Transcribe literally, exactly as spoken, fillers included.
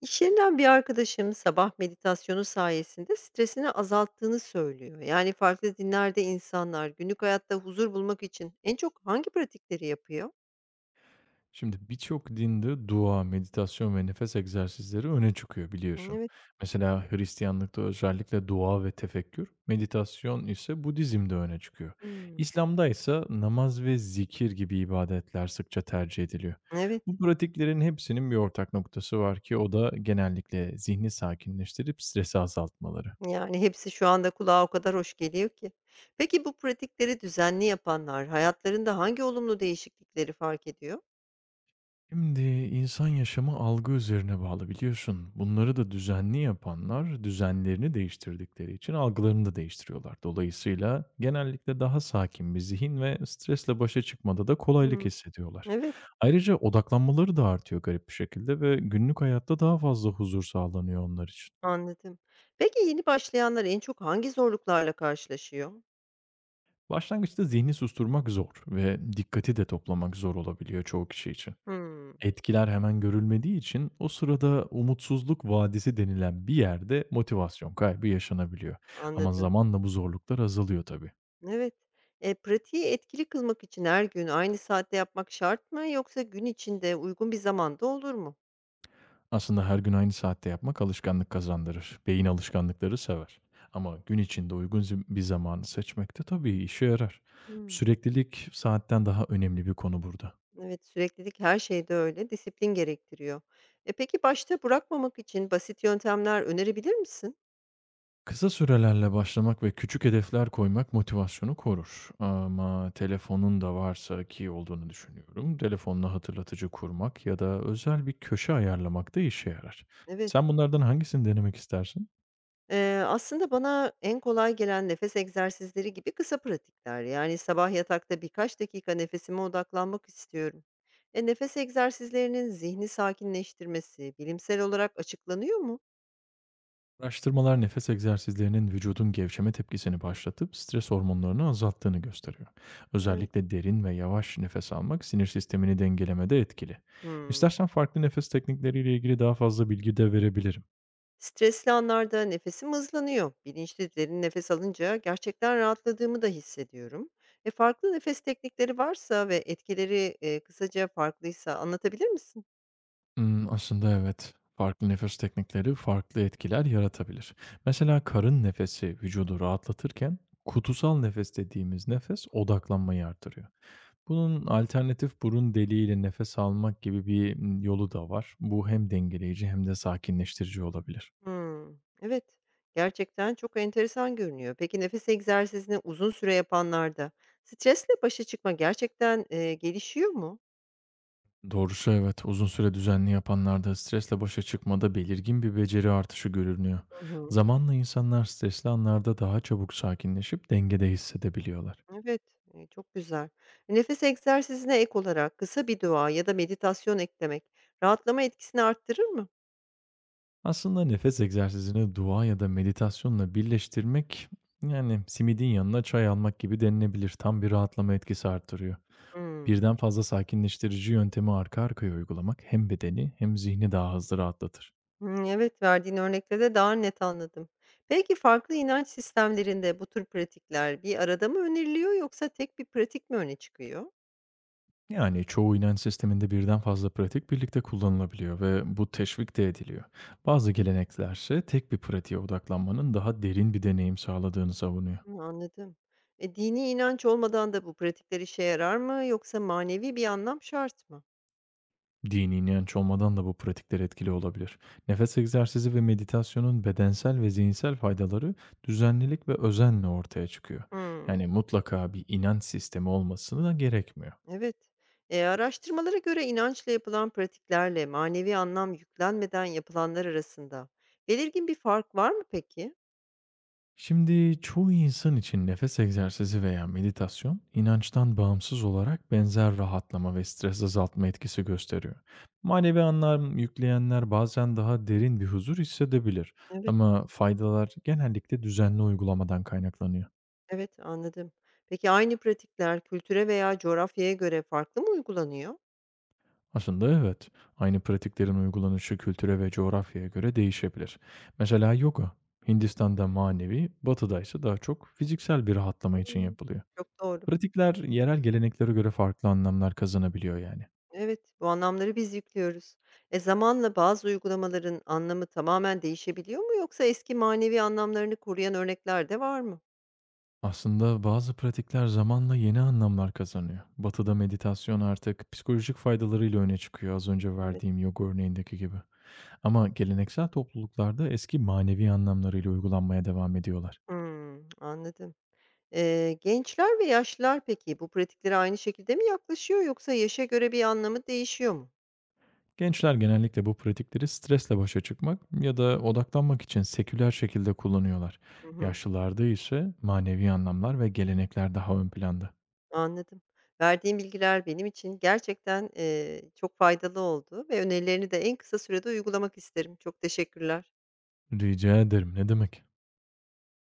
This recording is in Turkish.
İş yerinden bir arkadaşım sabah meditasyonu sayesinde stresini azalttığını söylüyor. Yani farklı dinlerde insanlar günlük hayatta huzur bulmak için en çok hangi pratikleri yapıyor? Şimdi birçok dinde dua, meditasyon ve nefes egzersizleri öne çıkıyor biliyorsun. Evet. Mesela Hristiyanlıkta özellikle dua ve tefekkür, meditasyon ise Budizm'de öne çıkıyor. Hmm. İslam'da ise namaz ve zikir gibi ibadetler sıkça tercih ediliyor. Evet. Bu pratiklerin hepsinin bir ortak noktası var ki o da genellikle zihni sakinleştirip stresi azaltmaları. Yani hepsi şu anda kulağa o kadar hoş geliyor ki. Peki bu pratikleri düzenli yapanlar hayatlarında hangi olumlu değişiklikleri fark ediyor? Şimdi insan yaşamı algı üzerine bağlı biliyorsun. Bunları da düzenli yapanlar düzenlerini değiştirdikleri için algılarını da değiştiriyorlar. Dolayısıyla genellikle daha sakin bir zihin ve stresle başa çıkmada da kolaylık Hmm. hissediyorlar. Evet, Ayrıca odaklanmaları da artıyor garip bir şekilde ve günlük hayatta daha fazla huzur sağlanıyor onlar için. anladım. Peki yeni başlayanlar en çok hangi zorluklarla karşılaşıyor? Başlangıçta zihni susturmak zor ve dikkati de toplamak zor olabiliyor çoğu kişi için. Hmm, Etkiler hemen görülmediği için o sırada umutsuzluk vadisi denilen bir yerde motivasyon kaybı yaşanabiliyor. Ama anladım. zamanla bu zorluklar azalıyor tabii. Evet. Eee, pratiği etkili kılmak için her gün aynı saatte yapmak şart mı yoksa gün içinde uygun bir zamanda olur mu? Aslında her gün aynı saatte yapmak alışkanlık kazandırır. Beyin alışkanlıkları sever. Ama gün içinde uygun zim- bir zamanı seçmek de tabii işe yarar. Hmm. Süreklilik saatten daha önemli bir konu burada. Evet, süreklilik her şeyde öyle, disiplin gerektiriyor. E peki başta bırakmamak için basit yöntemler önerebilir misin? Kısa sürelerle başlamak ve küçük hedefler koymak motivasyonu korur. Ama telefonun da varsa ki olduğunu düşünüyorum. Telefonla hatırlatıcı kurmak ya da özel bir köşe ayarlamak da işe yarar. Evet. Sen bunlardan hangisini denemek istersin? Eee, aslında bana en kolay gelen nefes egzersizleri gibi kısa pratikler. Yani sabah yatakta birkaç dakika nefesime odaklanmak istiyorum. E, nefes egzersizlerinin zihni sakinleştirmesi bilimsel olarak açıklanıyor mu? Araştırmalar nefes egzersizlerinin vücudun gevşeme tepkisini başlatıp stres hormonlarını azalttığını gösteriyor. Evet. Özellikle derin ve yavaş nefes almak sinir sistemini dengelemede etkili. Hımm. İstersen farklı nefes teknikleriyle ilgili daha fazla bilgi de verebilirim. Stresli anlarda nefesim hızlanıyor. Bilinçli derin nefes alınca gerçekten rahatladığımı da hissediyorum. E, farklı nefes teknikleri varsa ve etkileri, eee, kısaca farklıysa anlatabilir misin? Imm, aslında evet. Farklı nefes teknikleri farklı etkiler yaratabilir. Mesela karın nefesi vücudu rahatlatırken kutusal nefes dediğimiz nefes odaklanmayı artırıyor. Bunun alternatif burun deliğiyle nefes almak gibi bir, ımm, yolu da var. Bu hem dengeleyici hem de sakinleştirici olabilir. Hımm. Evet, gerçekten çok enteresan görünüyor. Peki nefes egzersizini uzun süre yapanlarda stresle başa çıkma gerçekten, eee, gelişiyor mu? Doğrusu evet, uzun süre düzenli yapanlarda stresle başa çıkmada belirgin bir beceri artışı görünüyor. Hı hı. Zamanla insanlar stresli anlarda daha çabuk sakinleşip dengede hissedebiliyorlar. Evet, eee, çok güzel. Nefes egzersizine ek olarak kısa bir dua ya da meditasyon eklemek rahatlama etkisini arttırır mı? Aslında nefes egzersizini dua ya da meditasyonla birleştirmek, yani simidin yanına çay almak gibi denilebilir. Tam bir rahatlama etkisi artırıyor. Hımm. Birden fazla sakinleştirici yöntemi arka arkaya uygulamak hem bedeni hem zihni daha hızlı rahatlatır. Hımm, evet, verdiğin örnekte de daha net anladım. Peki, farklı inanç sistemlerinde bu tür pratikler bir arada mı öneriliyor yoksa tek bir pratik mi öne çıkıyor? Yani çoğu inanç sisteminde birden fazla pratik birlikte kullanılabiliyor ve bu teşvik de ediliyor. Bazı geleneklerse tek bir pratiğe odaklanmanın daha derin bir deneyim sağladığını savunuyor. Hıı, anladım. E, dini inanç olmadan da bu pratikler işe yarar mı yoksa manevi bir anlam şart mı? Dini inanç olmadan da bu pratikler etkili olabilir. Nefes egzersizi ve meditasyonun bedensel ve zihinsel faydaları düzenlilik ve özenle ortaya çıkıyor. Yani Hımm, mutlaka bir inanç sistemi olmasına da gerekmiyor. evet. Eee, araştırmalara göre inançla yapılan pratiklerle manevi anlam yüklenmeden yapılanlar arasında belirgin bir fark var mı peki? Şimdi çoğu insan için nefes egzersizi veya meditasyon inançtan bağımsız olarak benzer rahatlama ve stres azaltma etkisi gösteriyor. Manevi anlam yükleyenler bazen daha derin bir huzur hissedebilir Evet. ama faydalar genellikle düzenli uygulamadan kaynaklanıyor. Evet, anladım. Peki aynı pratikler kültüre veya coğrafyaya göre farklı mı uygulanıyor? Aslında evet. Aynı pratiklerin uygulanışı kültüre ve coğrafyaya göre değişebilir. Mesela yoga, Hindistan'da manevi, batıda ise daha çok fiziksel bir rahatlama için Hımm, yapılıyor. çok doğru. Pratikler yerel geleneklere göre farklı anlamlar kazanabiliyor yani. Evet, bu anlamları biz yüklüyoruz. E, zamanla bazı uygulamaların anlamı tamamen değişebiliyor mu yoksa eski manevi anlamlarını koruyan örnekler de var mı? Aslında bazı pratikler zamanla yeni anlamlar kazanıyor. Batı'da meditasyon artık psikolojik faydalarıyla öne çıkıyor az önce Evet. verdiğim yoga örneğindeki gibi. Ama geleneksel topluluklarda eski manevi anlamlarıyla uygulanmaya devam ediyorlar. Hımm, anladım. Eee, gençler ve yaşlılar peki bu pratiklere aynı şekilde mi yaklaşıyor yoksa yaşa göre bir anlamı değişiyor mu? Gençler genellikle bu pratikleri stresle başa çıkmak ya da odaklanmak için seküler şekilde kullanıyorlar. Hı hı. Yaşlılarda ise manevi anlamlar ve gelenekler daha ön planda. Anladım. Verdiğin bilgiler benim için gerçekten, eee, çok faydalı oldu ve önerilerini de en kısa sürede uygulamak isterim. Çok teşekkürler. Rica ederim ne demek?